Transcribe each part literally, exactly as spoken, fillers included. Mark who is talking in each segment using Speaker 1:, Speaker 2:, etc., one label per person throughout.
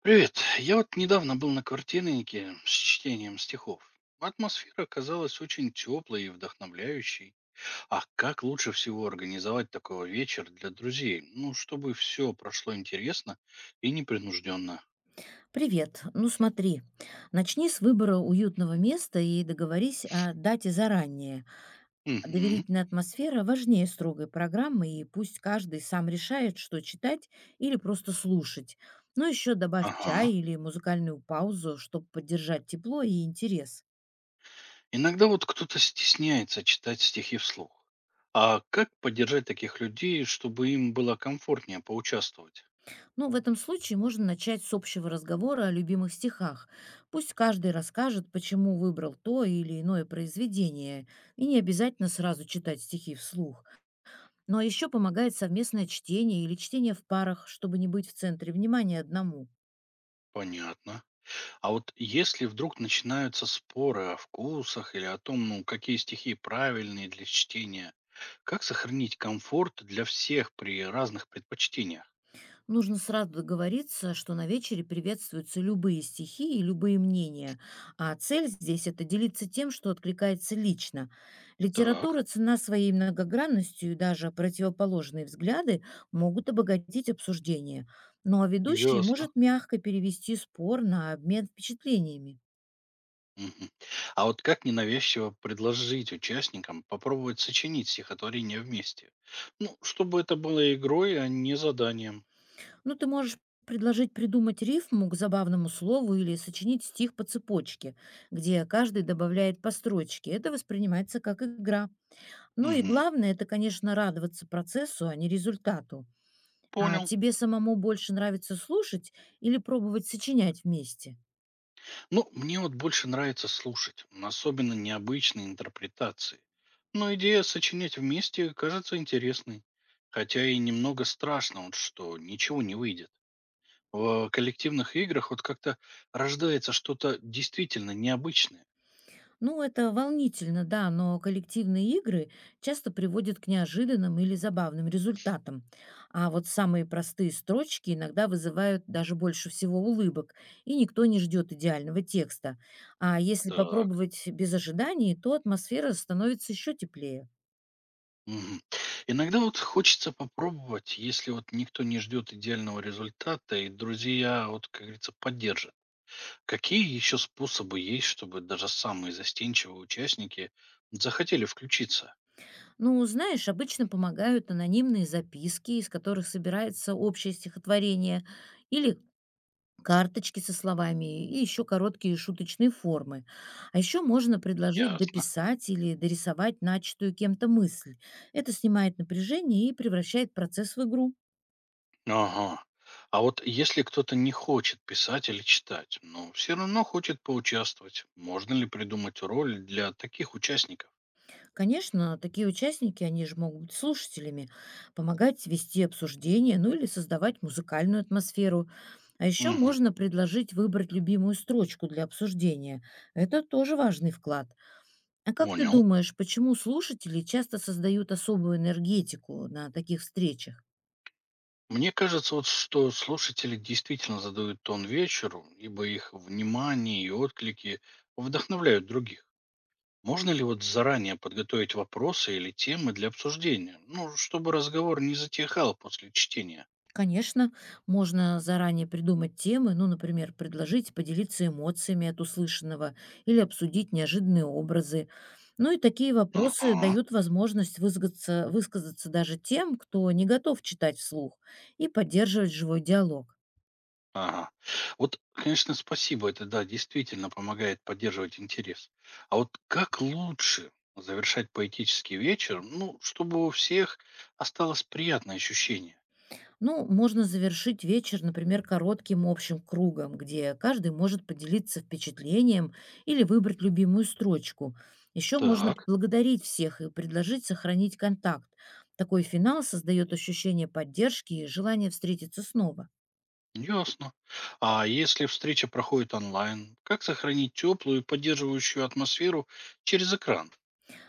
Speaker 1: Привет. Я вот недавно был на квартирнике с чтением стихов. Атмосфера оказалась очень теплой и вдохновляющей. А как лучше всего организовать такой вечер для друзей? Ну, чтобы все прошло интересно и непринужденно.
Speaker 2: Привет. Ну смотри, начни с выбора уютного места и договорись о дате заранее.
Speaker 1: Угу.
Speaker 2: Доверительная атмосфера важнее строгой программы, и пусть каждый сам решает, что читать или просто слушать. Но еще добавь
Speaker 1: Ага.
Speaker 2: чай или музыкальную паузу, чтобы поддержать тепло и интерес.
Speaker 1: Иногда вот кто-то стесняется читать стихи вслух. А как поддержать таких людей, чтобы им было комфортнее поучаствовать?
Speaker 2: Ну, в этом случае можно начать с общего разговора о любимых стихах. Пусть каждый расскажет, почему выбрал то или иное произведение, и не обязательно сразу читать стихи вслух. Ну а еще помогает совместное чтение или чтение в парах, чтобы не быть в центре внимания одному.
Speaker 1: Понятно. А вот если вдруг начинаются споры о вкусах или о том, ну, какие стихи правильные для чтения, как сохранить комфорт для всех при разных предпочтениях?
Speaker 2: Нужно сразу договориться, что на вечере приветствуются любые стихи и любые мнения, а цель здесь — это делиться тем, что откликается лично.
Speaker 1: Так,
Speaker 2: Литература цена своей многогранностью, и даже противоположные взгляды могут обогатить обсуждение. Ну а ведущий
Speaker 1: ясно.
Speaker 2: может мягко перевести спор на обмен впечатлениями.
Speaker 1: Мгм. А вот как ненавязчиво предложить участникам попробовать сочинить стихотворение вместе? Ну, чтобы это было игрой, а не заданием.
Speaker 2: Ну, ты можешь предложить придумать рифму к забавному слову или сочинить стих по цепочке, где каждый добавляет по строчке. Это воспринимается как игра. Ну и
Speaker 1: Мгм.
Speaker 2: главное, это, конечно, радоваться процессу, а не результату. А
Speaker 1: Понял.
Speaker 2: тебе самому больше нравится слушать или пробовать сочинять вместе?
Speaker 1: Ну, мне вот больше нравится слушать, м, особенно необычные интерпретации. Но идея сочинять вместе кажется интересной. Хотя и немного страшно, вот, что ничего не выйдет. В коллективных играх вот как-то рождается что-то действительно необычное.
Speaker 2: Ну, это волнительно, да, но коллективные игры часто приводят к неожиданным или забавным результатам. А вот самые простые строчки иногда вызывают даже больше всего улыбок, и никто не ждет идеального текста. А если
Speaker 1: Так.
Speaker 2: попробовать без ожиданий, то атмосфера становится еще теплее.
Speaker 1: Мгм. Иногда вот хочется попробовать, если вот никто не ждет идеального результата, и друзья, вот, как говорится, поддержат. Какие еще способы есть, чтобы даже самые застенчивые участники захотели включиться?
Speaker 2: Ну, знаешь, обычно помогают анонимные записки, из которых собирается общее стихотворение, или карточки со словами и еще короткие шуточные формы. А еще можно предложить
Speaker 1: Ясно.
Speaker 2: дописать или дорисовать начатую кем-то мысль. Это снимает напряжение и превращает процесс в игру.
Speaker 1: Ага. А вот если кто-то не хочет писать или читать, но все равно хочет поучаствовать, можно ли придумать роль для таких участников?
Speaker 2: Конечно, такие участники, они же могут быть слушателями, помогать вести обсуждение, ну или создавать музыкальную атмосферу. А еще
Speaker 1: Мгм.
Speaker 2: можно предложить выбрать любимую строчку для обсуждения. Это тоже важный вклад. А как ты
Speaker 1: Понял.
Speaker 2: думаешь, почему слушатели часто создают особую энергетику на таких встречах?
Speaker 1: Мне кажется, вот что слушатели действительно задают тон вечеру, ибо их внимание и отклики вдохновляют других. Можно ли вот заранее подготовить вопросы или темы для обсуждения? Ну, чтобы разговор не затихал после чтения.
Speaker 2: Конечно, можно заранее придумать темы, ну, например, предложить поделиться эмоциями от услышанного или обсудить неожиданные образы. Ну и такие вопросы
Speaker 1: Ага.
Speaker 2: дают возможность высказаться, высказаться даже тем, кто не готов читать вслух, и поддерживать живой диалог.
Speaker 1: Ага. Вот, конечно, спасибо, это да, действительно помогает поддерживать интерес. А вот как лучше завершать поэтический вечер, ну, чтобы у всех осталось приятное ощущение?
Speaker 2: Ну, можно завершить вечер, например, коротким общим кругом, где каждый может поделиться впечатлением или выбрать любимую строчку. Еще можно
Speaker 1: Так,
Speaker 2: поблагодарить всех и предложить сохранить контакт. Такой финал создает ощущение поддержки и желание встретиться снова.
Speaker 1: ясно. А если встреча проходит онлайн, как сохранить теплую и поддерживающую атмосферу через экран?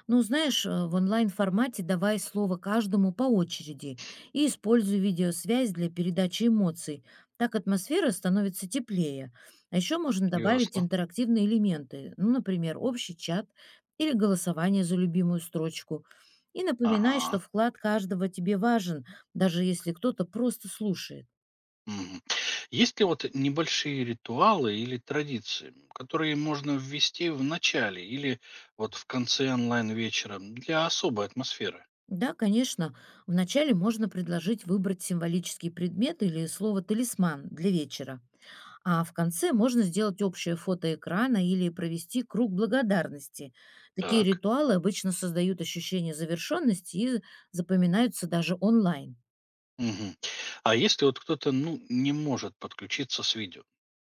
Speaker 2: Ну, знаешь, э, в онлайн-формате давай слово каждому по очереди и используй видеосвязь для передачи эмоций. Так атмосфера становится теплее. А еще можно добавить
Speaker 1: Ясно.
Speaker 2: интерактивные элементы, ну, например, общий чат или голосование за любимую строчку. И напоминай,
Speaker 1: Ага.
Speaker 2: что вклад каждого тебе важен, даже если кто-то просто слушает.
Speaker 1: Мгм. Есть ли вот небольшие ритуалы или традиции, м, которые можно ввести в начале или вот в конце онлайн-вечера для особой атмосферы?
Speaker 2: Да, конечно, вначале можно предложить выбрать символический предмет или слово «талисман» для вечера. А в конце можно сделать общее фото экрана или провести круг благодарности. Такие
Speaker 1: Так.
Speaker 2: ритуалы обычно создают ощущение завершенности и запоминаются даже онлайн.
Speaker 1: Мгм. А если вот кто-то, ну, не может подключиться с видео,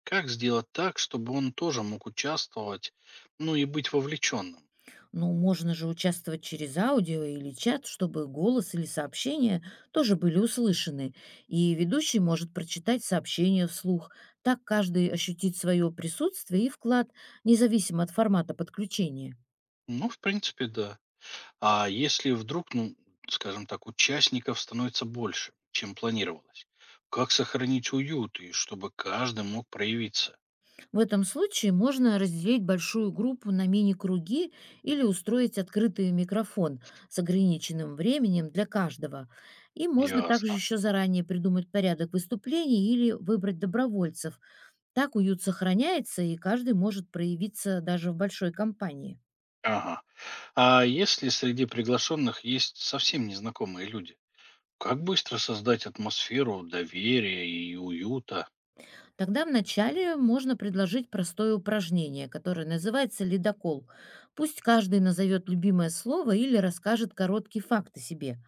Speaker 1: как сделать так, чтобы он тоже мог участвовать, ну и быть вовлеченным?
Speaker 2: Но можно же участвовать через аудио или чат, чтобы голос или сообщение тоже были услышаны. И ведущий может прочитать сообщение вслух. Так каждый ощутит свое присутствие и вклад, независимо от формата подключения.
Speaker 1: Ну, в принципе, да. А если вдруг, ну, скажем так, участников становится больше, чем планировалось, как сохранить уют и чтобы каждый мог проявиться?
Speaker 2: В этом случае можно разделить большую группу на мини-круги или устроить открытый микрофон с ограниченным временем для каждого. И можно также
Speaker 1: Ясно.
Speaker 2: еще заранее придумать порядок выступлений или выбрать добровольцев. Так уют сохраняется, и каждый может проявиться даже в большой компании.
Speaker 1: Ага. А если среди приглашенных есть совсем незнакомые люди, как быстро создать атмосферу доверия и уюта?
Speaker 2: Тогда вначале можно предложить простое упражнение, которое называется «Ледокол». Пусть каждый назовет любимое слово или расскажет короткий факт о себе.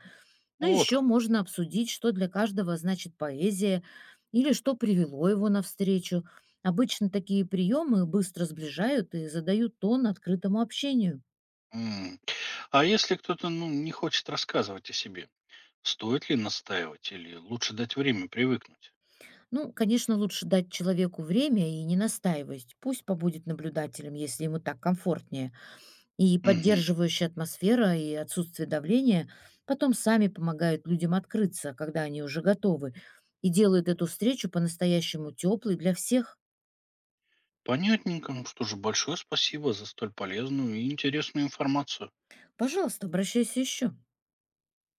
Speaker 2: Но
Speaker 1: Вот
Speaker 2: еще
Speaker 1: как.
Speaker 2: можно обсудить, что для каждого значит поэзия или что привело его навстречу. Обычно такие приемы быстро сближают и задают тон открытому общению.
Speaker 1: М. А если кто-то, ну, не хочет рассказывать о себе, стоит ли настаивать или лучше дать время привыкнуть?
Speaker 2: Ну, конечно, лучше дать человеку время и не настаивать. Пусть побудет наблюдателем, если ему так комфортнее. И
Speaker 1: Мгм.
Speaker 2: поддерживающая атмосфера и отсутствие давления потом сами помогают людям открыться, когда они уже готовы, и делают эту встречу по-настоящему теплой для всех.
Speaker 1: Понятненько. Ну что же, большое спасибо за столь полезную и интересную информацию.
Speaker 2: Пожалуйста, обращайся еще.